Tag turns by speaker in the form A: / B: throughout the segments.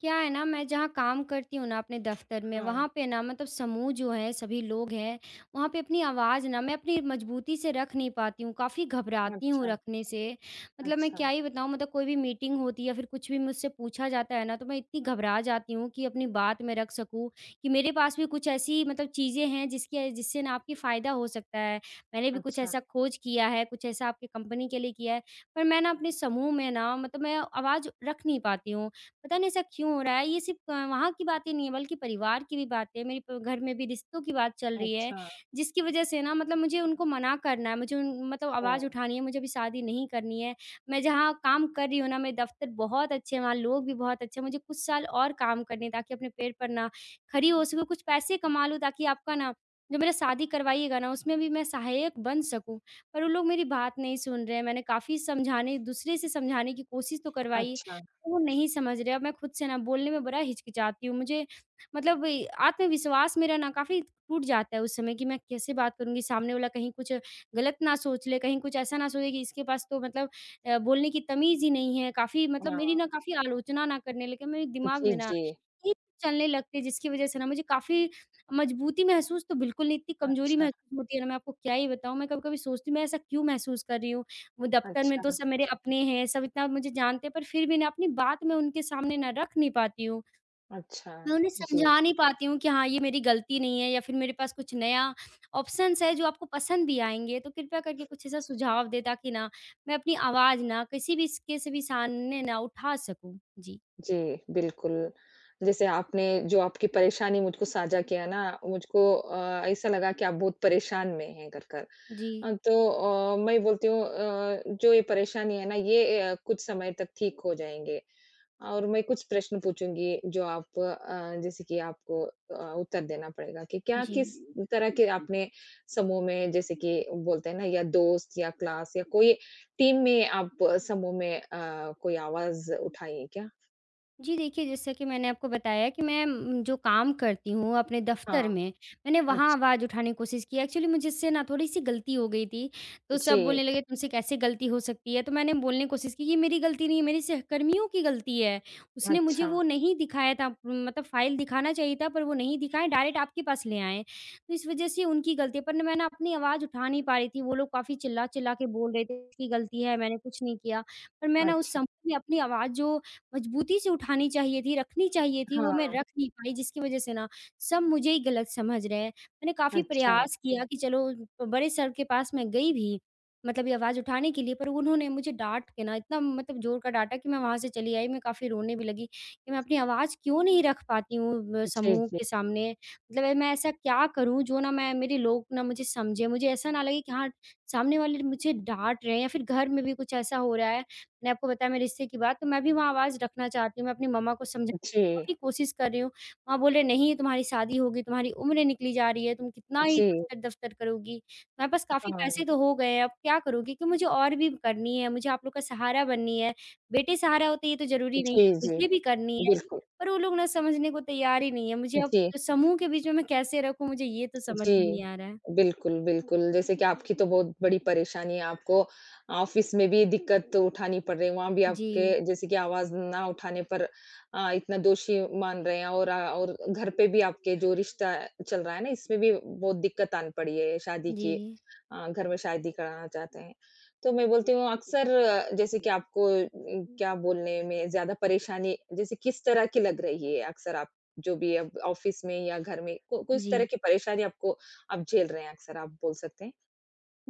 A: क्या है ना मैं जहाँ काम करती हूँ ना अपने दफ्तर में
B: हाँ।
A: वहाँ पे ना मतलब समूह जो है सभी लोग हैं। वहाँ पे अपनी आवाज़ ना मैं अपनी मजबूती से रख नहीं पाती हूँ, काफ़ी घबराती हूँ
B: अच्छा।
A: रखने से। मतलब मैं
B: अच्छा।
A: क्या ही बताऊँ, मतलब कोई भी मीटिंग होती है या फिर कुछ भी मुझसे पूछा जाता है ना तो मैं इतनी घबरा जाती हूँ कि अपनी बात मैं रख सकूँ कि मेरे पास भी कुछ ऐसी मतलब चीज़ें हैं जिसकी जिससे ना आपकी फ़ायदा हो सकता है। मैंने भी कुछ
B: अच्छा।
A: ऐसा खोज किया है, कुछ ऐसा आपकी कंपनी के लिए किया है। पर मैं ना अपने समूह में ना मतलब मैं आवाज़ रख नहीं पाती हूँ। पता नहीं ऐसा क्यों हो रहा है? ये सिर्फ़ वहाँ की बातें नहीं है, बल्कि परिवार की भी बातें हैं, मेरे प घर में भी रिश्तों की बात चल रही है,
B: अच्छा।
A: जिसकी वज़ह से ना मतलब मुझे उनको मना करना है, मुझे उन मतलब
B: ओह!
A: आवाज़ उठानी है, मुझे अभी शादी नहीं करनी है। मैं जहाँ काम कर रही हूँ ना, मेरे दफ़्तर बहुत अच्छे हैं, वहाँ लोग भी बहुत अच्छे हैं, मुझे कुछ साल और काम करने हैं ताकि अपने पैर पर ना खड़ी हो सकूँ, कुछ पैसे कमा लूँ ताकि आपका ना जो मेरा शादी करवाइएगा ना, उसमें भी मैं सहायक बन सकूँ। पर वो लोग मेरी बात नहीं सुन रहे हैं, मैंने काफ़ी समझाने दूसरे से समझाने की कोशिश तो करवाई,
B: अच्छा।
A: वो नहीं समझ रहे। अब मैं खुद से ना बोलने में बड़ा हिचकिचाती हूँ। मुझे मतलब ये आत्मविश्वास मेरा ना काफ़ी टूट जाता है उस समय कि मैं कैसे बात करूँगी, सामने वाला कहीं कुछ गलत ना सोच ले, कहीं कुछ ऐसा ना सोचे कि इसके पास तो मतलब बोलने की तमीज़ ही नहीं है। काफ़ी मतलब
B: हाँ।
A: मेरी ना काफ़ी आलोचना ना करने लगे, मेरे दिमाग
B: जी,
A: में ना
B: जी।
A: ये चलने लगते जिसकी वज़ह से ना मुझे काफ़ी मजबूती महसूस तो बिल्कुल नहीं, इतनी कमज़ोरी
B: अच्छा।
A: महसूस होती है ना मैं आपको क्या ही बताऊँ। मैं कभी-कभी सोचती हूँ मैं ऐसा क्यों महसूस कर रही हूँ? वो दफ्तर में
B: अच्छा।
A: तो सब मेरे अपने हैं, सब इतना मुझे जानते हैं, पर फिर भी ना अपनी बात मैं उनके सामने ना रख नहीं पाती हूँ।
B: अच्छा।
A: मैं उन्हें
B: जी,
A: समझा नहीं पाती हूँ कि हाँ, ये मेरी गलती नहीं है या फिर मेरे पास कुछ नया ऑप्शंस है जो आपको पसंद भी आएँगे, तो कृपया करके कुछ ऐसा सुझाव दें ताकि ना मैं अपनी आवाज़ ना किसी भी स के से भी सामने ना उठा सकूँ। जी।
B: जी, बिल्कुल। जैसे आपने जो आपकी परेशानी मुझको साझा किया ना, मुझको ऐसा लगा कि आप बहुत परेशान में हैं कर, कर।
A: जी,
B: मैं बोलती हूँ जो ये परेशानी है ना, ये कुछ समय तक ठीक हो जाएँगे। और मैं कुछ प्रश्न पूछूँगी जो आप जैसे कि आपको उत्तर देना पड़ेगा कि क्या
A: जी।
B: किस तरह के आपने समूह में जैसे कि बोलते हैं ना या दोस्त या क्लास या कोई टीम में आप समूह में कोई आवाज़ उठाई है क्या?
A: जी देखिए, जैसा कि मैंने आपको बताया कि मैं जो काम करती हूँ अपने दफ़्तर
B: हाँ।
A: में, मैंने वहाँ
B: अच्छ
A: आवाज़ उठाने की कोशिश की। एक्चुअली मुझसे ना थोड़ी-सी गलती हो गई थी, तो सब
B: जी।
A: बोलने लगे तुमसे कैसे गलती हो सकती है? तो मैंने बोलने की कोशिश की कि ये मेरी गलती नहीं है, मेरे सहकर्मियों की गलती है। उसने मुझे
B: अच्छा।
A: वो नहीं दिखाया था, मतलब फ़ाइल दिखाना चाहिए था पर वो नहीं दिखाएँ, डायरेक्ट आपके पास ले आएँ। तो इस वज़ह से उनकी गलती है, पर ना मैं ना अपनी आवाज़ उठा नहीं पा रही थी। वो लोग काफ़ी चिल्ला-चिल्ला के बोल रहे थे, इसकी गलती है, मैंने कुछ नहीं किया। पर मैं ना उस
B: अच्छा।
A: समय अपनी आवाज़ जो मजबूती से उठानी चाहिए थी, रखनी चाहिए थी, वो मैं
B: हाँ।
A: रख नहीं पाई जिसकी वज़ह से ना सब मुझे ही गलत समझ रहे हैं। मैंने काफ़ी
B: अच्छा।
A: प्रयास किया कि चलो बड़े सर के पास मैं गई भी, मतलब ये आवाज़ उठाने के लिए, पर उन्होंने मुझे डाँट के ना इतना मतलब ज़ोर का डाँटा कि मैं वहाँ से चली आई, मैं काफ़ी रोने भी लगी कि मैं अपनी आवाज़ क्यों नहीं रख पाती हूँ
B: जी।
A: समूह
B: जी।
A: के सामने। मतलब ये मैं ऐसा क्या करूँ जो ना मैं मेरे लोग ना मुझे समझें, मुझे ऐसा ना लगे कि हाँ, सामने वाले मुझे डाँट रहे हैं या फिर घर में भी कुछ ऐसा हो रहा है। मैंने आपको बताया मेरे रिश्ते की बात, तो मैं भी वहाँ आवाज़ रखना चाहती हूँ। मैं अपनी मम्मा को समझाने
B: जी।
A: की कोशिश कर रही हूँ। माँ बोल रहे, "नहीं, तुम्हारी शादी होगी, तुम्हारी उम्र निकली जा रही है, तुम कितना ही
B: जी।
A: दफ्तर-दफ्तर करोगी। तुम्हारे पास काफ़ी
B: हाँ।
A: पैसे तो हो गए हैं, अब क्या करोगी?" कि मुझे और भी करनी है, मुझे आप लोग का सहारा बननी है। बेटे सहारा होते हैं, ये तो ज़रूरी नहीं
B: जी,
A: है,
B: जी,
A: मुझे भी करनी है।
B: बिल्कुल।
A: पर वो लोग ना समझने को तैयार ही नहीं है। मुझे अब
B: जी।
A: समूह के बीच में मैं कैसे रखूँ, मुझे ये तो समझ
B: जी,
A: में नहीं आ रहा है।
B: बिल्कुल, बिल्कुल। जैसे कि आपकी तो बहुत बड़ी परेशानी है, आपको ऑफ़िस में भी दिक्कत उठानी पड़ रही है, वहाँ भी आपके
A: जी,
B: जैसे कि आवाज़ ना उठाने पर इतना दोषी मान रहे हैं और और घर पे भी आपके जो रिश्ता चल रहा है ना, इसमें भी बहुत दिक्कत आन पड़ी है शादी की।
A: जी,
B: घर में शादी कराना चाहते हैं। तो मैं बोलती हूँ अक्सर जैसे कि आपको क्या बोलने में ज़्यादा परेशानी जैसे किस तरह की लग रही है अक्सर आपको? जो भी है ऑफिस में या घर में कु कुछ
A: जी।
B: तरह की परेशानी आपको आप झेल रहे हैं अक्सर आप बोल सकते हैं।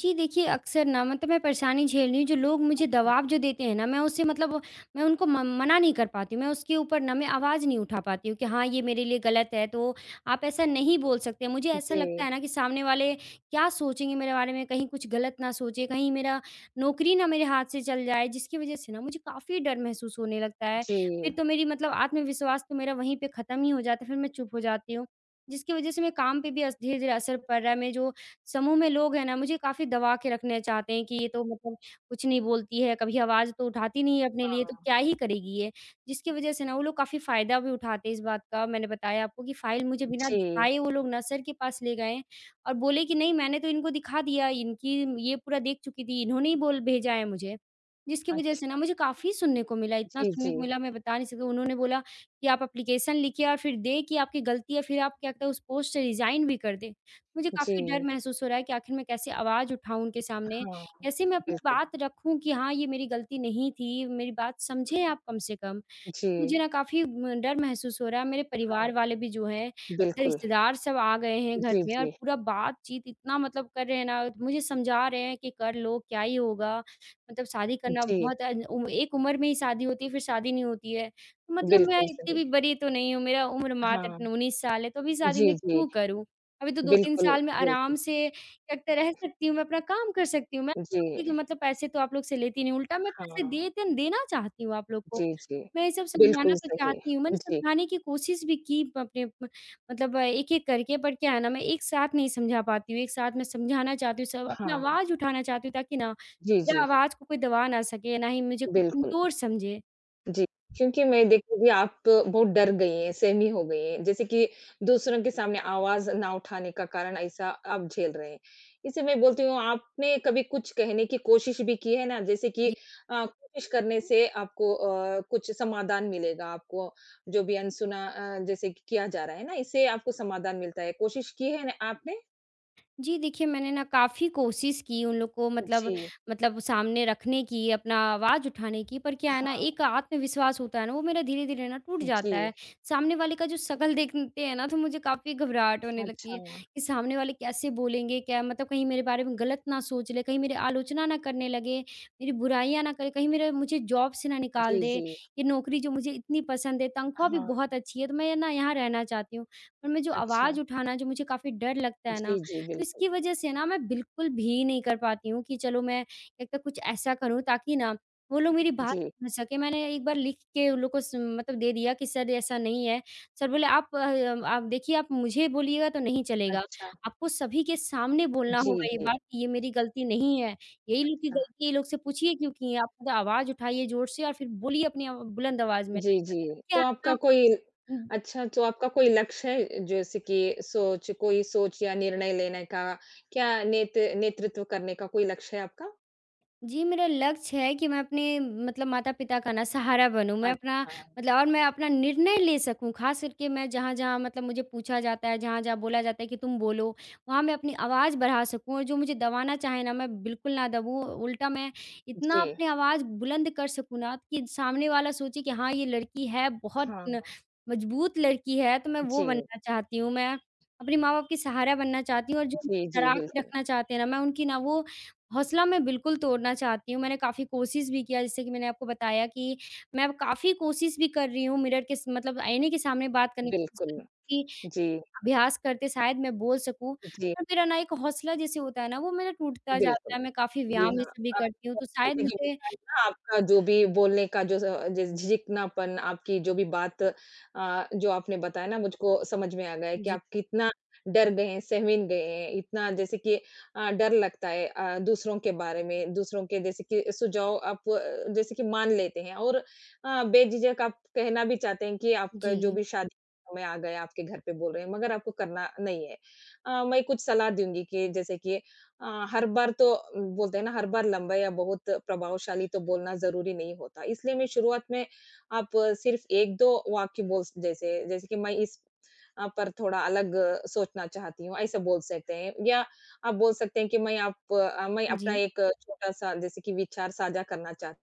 A: जी देखिए, अक्सर ना मतलब मैं परेशानी झेल रही हूँ, जो लोग मुझे
B: अच्छा।
A: दबाव जो देते हैं ना, मैं उससे मतलब मैं उनको म मना नहीं कर पाती हूँ। मैं उसके ऊपर ना मैं आवाज़ नहीं उठा पाती हूँ कि हाँ, ये मेरे लिए गलत है, तो आप ऐसा नहीं बोल सकते। मुझे ऐसा लगता
B: जी।
A: है ना कि सामने वाले क्या सोचेंगे मेरे बारे में, कहीं कुछ गलत ना सोचें, कहीं मेरा नौकरी ना मेरे हाथ से चल जाए, जिसकी वज़ह से ना मुझे काफ़ी डर महसूस होने लगता है।
B: जी।
A: फिर तो मेरी मतलब आत्मविश्वास तो मेरा वहीं पे ख़त्म ही हो जाता है, फिर मैं चुप हो जाती हूँ, जिसकी वज़ह से मेरे काम पे भी अस धीरे-धीरे असर पड़ रहा है। मेरे जो समूह में लोग हैं ना मुझे काफ़ी दबा के रखना चाहते हैं कि ये तो मतलब कुछ नहीं बोलती है, कभी आवाज़ तो उठाती नहीं है अपने लिए तो
B: हाँ।
A: क्या ही करेगी ये? जिसकी वज़ह से ना वो लोग काफ़ी फ़ायदा भी उठाते हैं इस बात का। मैंने बताया आपको कि फ़ाइल मुझे बिना
B: जी।
A: दिखाए वो लोग ना सर के पास ले गए और बोले कि नहीं, मैंने तो इनको दिखा दिया, इनकी ये पूरा देख चुकी थी, इन्होंने ही बोल भेजा है मुझे। जिसकी वज़ह से
B: अच्छा।
A: ना मुझे काफ़ी सुनने को मिला, इतना
B: जी।
A: सुनने
B: जी।
A: को मिला मैं बता नहीं सकती। उन्होंने बोला कि आप एप्लीकेशन लिखिए और फिर दें कि आपकी गलती है, फिर आप क्या कहते हैं उस पोस्ट से रिज़ाइन भी कर दें। मुझे
B: जी।
A: काफ़ी डर महसूस हो रहा है कि आखिर मैं कैसे आवाज़ उठाऊँ उनके सामने?
B: हाँ।
A: कैसे मैं अपनी
B: बिल्कुल।
A: बात रखूँ कि हाँ, ये मेरी गलती नहीं थी, मेरी बात समझें आप कम से कम?
B: जी।
A: मुझे ना काफ़ी म डर महसूस हो रहा है, मेरे
B: हाँ।
A: परिवार वाले भी जो हैं, मतलब
B: बिल्कुल।
A: रिश्तेदार सब आ गए हैं घर
B: जी।
A: में और
B: जी।
A: पूरा बातचीत इतना मतलब कर रहे हैं ना, मुझे समझा रहे हैं कि कर लो, क्या ही होगा? मतलब शादी करना
B: जी।
A: बहुत एक उम्र में ही शादी होती है, फिर शादी नहीं होती है। तो मतलब मैं
B: बिल्कुल
A: इतनी
B: सही।
A: भी बड़ी तो नहीं हूँ, मेरा उम्र
B: हाँ।
A: मात्र 19 साल है, तो अभी शादी
B: जी।
A: मैं
B: जी।
A: क्यों करूँ? अभी तो 2-3
B: बिल्कुल।
A: साल में आराम
B: बिल्कुल।
A: से एक तो रह सकती हूँ, मैं अपना काम कर सकती हूँ। मैं
B: जी।
A: आपके जो मतलब पैसे तो आप लोग से लेती नहीं, उल्टा मैं
B: हाँ।
A: पैसे देते देना चाहती हूँ आप लोग को।
B: जी। जी।
A: मैं ये सब समझाना
B: बिल्कुल
A: तो
B: सही।
A: चाहती हूँ, मैंने
B: जी।
A: समझाने की कोशिश भी की प अपने प मतलब एक-एक करके, बट क्या है ना मैं एक साथ नहीं समझा पाती हूँ, एक साथ मैं समझाना चाहती हूँ सब, अपनी
B: हाँ।
A: आवाज़ उठाना चाहती हूँ ताकि ना
B: जी।
A: मेरा
B: जी।
A: आवाज़ को कोई दबा ना सके, ना ही मुझे कोई
B: बिल्कुल।
A: कमज़ोर समझे।
B: जी। क्योंकि मैं देखती थी आप बहुत डर गई हैं, सहमी हो गई हैं, जैसे कि दूसरों के सामने आवाज़ ना उठाने का कारण ऐसा आप झेल रहे हैं। इसे मैं बोलती हूँ आपने कभी कुछ कहने की कोशिश भी की है ना? जैसे कि कोशिश करने से आपको कुछ समाधान मिलेगा, आपको जो भी अनसुना जैसे कि किया जा रहा है ना, इससे आपको समाधान मिलता है, कोशिश की है ना आपने?
A: जी, देखिए मैंने ना काफ़ी कोशिश की उन लोग को मतलब
B: जी।
A: मतलब सामने रखने की, अपना आवाज़ उठाने की, पर क्या है ना
B: हाँ।
A: एक आत्मविश्वास होता है ना, वो मेरा धीरे-धीरे ना टूट जाता
B: जी।
A: है। सामने वाले का जो शकल देखते हैं ना तो मुझे काफ़ी घबराहट होने लगती
B: अच्छा।
A: है कि सामने वाले कैसे बोलेंगे? क्या मतलब कहीं मेरे बारे में गलत ना सोच ले, कहीं मेरी आलोचना ना करने लगे, मेरी बुराइयाँ ना करे, कहीं मेरा मुझे जॉब से ना निकाल
B: जी।
A: दे।
B: जी।
A: ये नौकरी जो मुझे इतनी पसंद है, तनख्वाह भी
B: हाँ।
A: बहुत अच्छी है, तो मैं ना यहाँ रहना चाहती हूँ। पर मैं जो
B: अच्छा।
A: आवाज़ उठाना जो मुझे काफ़ी डर लगता है ना,
B: जी, जी,
A: तो
B: बिल्कुल।
A: इसकी वजह से ना मैं बिल्कुल भी नहीं कर पाती हूँ कि चलो मैं एक तो कुछ ऐसा करूँ ताकि ना वो लोग मेरी बात
B: जी।
A: समझ सके। मैंने एक बार लिख के उन लोग को स मतलब दे दिया कि सर ऐसा नहीं है। सर बोले आप देखिए, आप मुझे बोलिएगा तो नहीं चलेगा।
B: अच्छा।
A: आपको सभी के सामने बोलना
B: जी,
A: होगा ये
B: जी।
A: बात कि ये मेरी गलती नहीं है। यही लोग की
B: हाँ,
A: गलती है, ये लोग से पूछिए क्यों की है? आप खुद आवाज़ उठाइए ज़ोर से और फिर बोलिए अपनी आव बुलंद आवाज़ में।
B: जी, जी।
A: क्या
B: तो
A: है ना
B: आपका कोई अच्छा, तो आपका कोई लक्ष्य है जैसे कि सोच कोई सोच या निर्णय लेने का क्या नेतृत्व करने का कोई लक्ष्य है आपका?
A: जी, मेरा लक्ष्य है कि मैं अपने मतलब माता-पिता का ना सहारा बनूँ। मैं अपना
B: अच्छा।
A: मतलब और मैं अपना निर्णय ले सकूँ। ख़ास करके मैं जहाँ-जहाँ मतलब मुझे पूछा जाता है, जहाँ-जहाँ बोला जाता है कि तुम बोलो, वहाँ मैं अपनी आवाज़ बढ़ा सकूँ और जो मुझे दबाना चाहे ना, मैं बिल्कुल ना दबूँ। उल्टा मैं इतना
B: जी।
A: अपनी आवाज़ बुलंद कर सकूँ ना कि सामने वाला सोचे कि हाँ, ये लड़की है, बहुत न
B: हाँ।
A: मज़बूत लड़की है, तो मैं
B: जी।
A: वो बनना चाहती हूँ। मैं अपने माँ-बाप के सहारा बनना चाहती हूँ और जो
B: जी। जी,
A: डरा के
B: बिल्कुल,
A: रखना चाहते हैं ना, मैं उनकी ना वो हौसला मैं बिल्कुल तोड़ना चाहती हूँ, मैंने काफ़ी कोशिश भी किया जैसे कि मैंने आपको बताया कि मैं अब काफ़ी कोशिश भी कर रही हूँ मिरर के स मतलब आईने के सामने बात करने की कोशिश
B: बिल्कुल।
A: कर रही हूँ कि
B: जी,
A: अभ्यास करके शायद मैं बोल सकूँ।
B: जी,
A: पर मेरा ना एक हौसला जैसे होता है ना वो मेरा टूटता
B: बिल्कुल।
A: जाता है, मैं काफ़ी
B: जी
A: व्यायाम ये
B: हाँ,
A: सब भी
B: आप
A: करती हूँ तो शायद
B: जैसे कि
A: मुझे
B: बताया ना आपका जो भी बोलने का जो स जिस झिझकनापन आपकी जो भी बात जो आपने बताया ना मुझको समझ में आ गया है कि
A: जी,
B: आप कितना डर गए हैं, सहम गए हैं, इतना जैसे कि डर लगता है दूसरों के बारे में, दूसरों के जैसे कि सुझाव आप जैसे कि मान लेते हैं और बेझिझक आप कहना भी चाहते हैं कि आपका जो
A: जी,
B: भी शादी में आ गए, आपके घर पे बोल रहे हैं, मगर आपको करना नहीं है। मैं कुछ सलाह दूँगी कि जैसे कि हर बार तो बोलते हैं ना हर बार लंबा या बहुत प्रभावशाली तो बोलना ज़रूरी नहीं होता। इसलिए मैं शुरुआत में आप सिर्फ़ 1-2 वाक्य बोल जैसे जैसे कि मैं इस पर थोड़ा अलग सोचना चाहती हूँ, ऐसा बोल सकते हैं या आप बोल सकते हैं कि मैं अपना
A: जी,
B: एक छोटा-सा जैसे कि विचार साझा करना चाहती।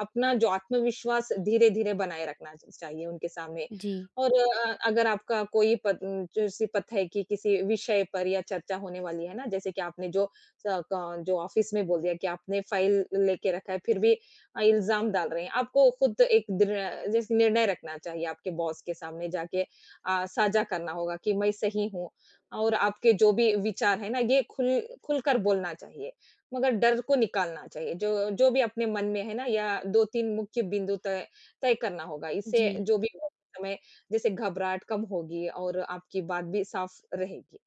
B: अपना जो आत्मविश्वास धीरे-धीरे बनाए रखना च चाहिए उनके सामने।
A: जी,
B: और अगर आपका कोई पत जैसे पता है कि किसी विषय पर या चर्चा होने वाली है ना, जैसे कि आपने जो स क जो ऑफ़िस में बोल दिया कि आपने फ़ाइल लेके रखा है, फिर भी इल्ज़ाम डाल रहे हैं। आपको खुद एक दृढ़ जैसे निर्णय रखना चाहिए आपके बॉस के सामने जाके साझा करना होगा कि मैं सही हूँ और आपके जो भी विचार हैं ना, ये खुलकर बोलना चाहिए। मगर डर को निकालना चाहिए। जो जो भी अपने मन में है ना या 2-3 मुख्य बिंदु तय तय करना होगा। इससे
A: जी,
B: जो भी समय जैसे घबराहट कम होगी और आपकी बात भी साफ रहेगी।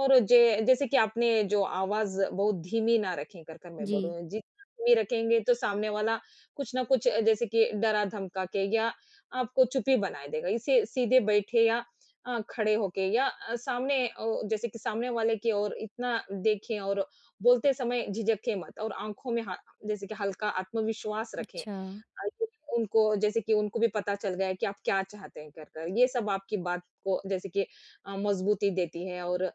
B: और जे जैसे कि आपने जो आवाज़ बहुत धीमी ना रखें कर, कर मैं
A: जी।
B: बोल रही हूँ। जितना धीमी रखेंगे तो सामने वाला कुछ ना कुछ जैसे कि डरा-धमका के या आपको चुप्पी बनाए देगा। इसे सीधे बैठे या खड़े होके या अ, सामने ओ जैसे कि सामने वाले की ओर इतना देखें और बोलते समय झिझकें मत और आँखों में ह जैसे कि हल्का आत्मविश्वास रखें।
A: अच्छा।
B: ये उनको जैसे कि उनको भी पता चल गया है कि आप क्या चाहते हैं कर कर। ये सब आपकी बात को जैसे कि मजबूती देती है और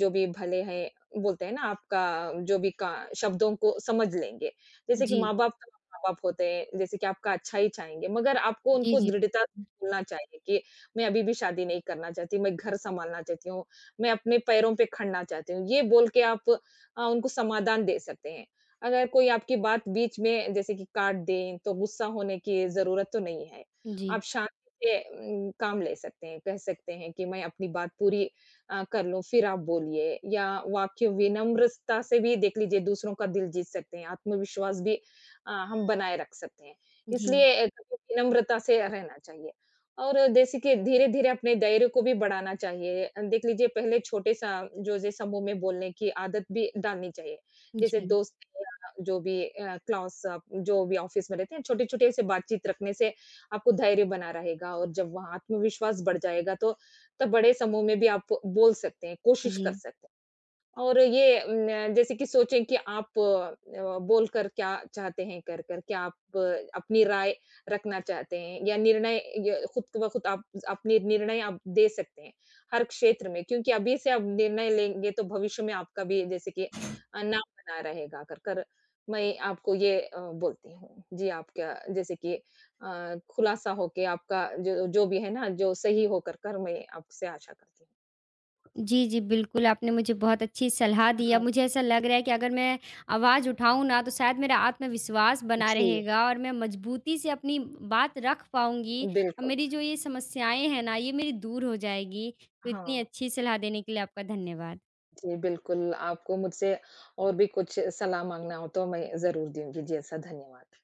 B: जो भी भले है बोलते हैं ना आपका जो भी का शब्दों को समझ लेंगे। जैसे कि
A: जी।
B: माँ-बाप तो माँ-बाप होते हैं, जैसे कि आपका अच्छा ही चाहेंगे, मगर आपको
A: जी,
B: उनको
A: जी।
B: दृढ़ता से बोलना चाहिए कि मैं अभी भी शादी नहीं करना चाहती, मैं घर सँभालना चाहती हूँ, मैं अपने पैरों पे खड़ना चाहती हूँ। ये बोल के आप उनको समाधान दे सकते हैं। अगर कोई आपकी बात बीच में जैसे कि काट दें, तो गुस्सा होने की ज़रूरत तो नहीं है।
A: जी,
B: आप शांति से काम ले सकते हैं, कह सकते हैं कि मैं अपनी बात पूरी कर लूँ, फिर आप बोलिए या वाक्य विनम्रता से भी देख लीजिए दूसरों का दिल जीत सकते हैं, आत्मविश्वास भी हम बनाए रख सकते हैं।
A: जी,
B: इसलिए कभी विनम्रता से रहना चाहिए और जैसे कि धीरे-धीरे अपने दायरे को भी बढ़ाना चाहिए। देख लीजिए पहले छोटे सा जो जैसे समूह में बोलने की आदत भी डालनी चाहिए। जैसे
A: जी,
B: दोस्त या जो भी क्लास जो भी ऑफिस में रहते हैं, छोटे-छोटे ऐसे बातचीत रखने से आपको धैर्य बना रहेगा और जब वहाँ आत्मविश्वास बढ़ जाएगा, तो तब बड़े समूह में भी आप बोल सकते हैं, कोशिश कर
A: जी।
B: सकते हैं। और ये न, जैसे कि सोचें कि आप बोलकर क्या चाहते हैं कर कर क्या आप अपनी राय रखना चाहते हैं या निर्णय, ये खुद ब खुद आप अपने निर्णय आप दे सकते हैं हर क्षेत्र में क्योंकि अभी से आप निर्णय लेंगे तो भविष्य में आपका भी जैसे कि नाम बना रहेगा कर कर मैं आपको ये बोलती हूँ जी आप क्या जैसे कि खुलासा होके आपका जो जो भी है ना जो सही हो कर कर मैं आपसे आशा करती हूँ।
A: जी, जी, बिल्कुल, आपने मुझे बहुत अच्छी सलाह दी।
B: हाँ।
A: अब मुझे ऐसा लग रहा है कि अगर मैं आवाज़ उठाऊँ ना, तो शायद मेरा आत्मविश्वास बना
B: जी।
A: रहेगा और मैं मजबूती से अपनी बात रख पाऊँगी और
B: बिल्कुल।
A: मेरी जो ये समस्याएँ हैं ना, ये मेरी दूर हो जाएगी। तो इतनी
B: हाँ।
A: अच्छी सलाह देने के लिए आपका धन्यवाद।
B: जी, बिल्कुल, आपको मुझसे और भी कुछ सलाह माँगना हो तो मैं ज़रूर दूँगी। जी, ऐसा धन्यवाद।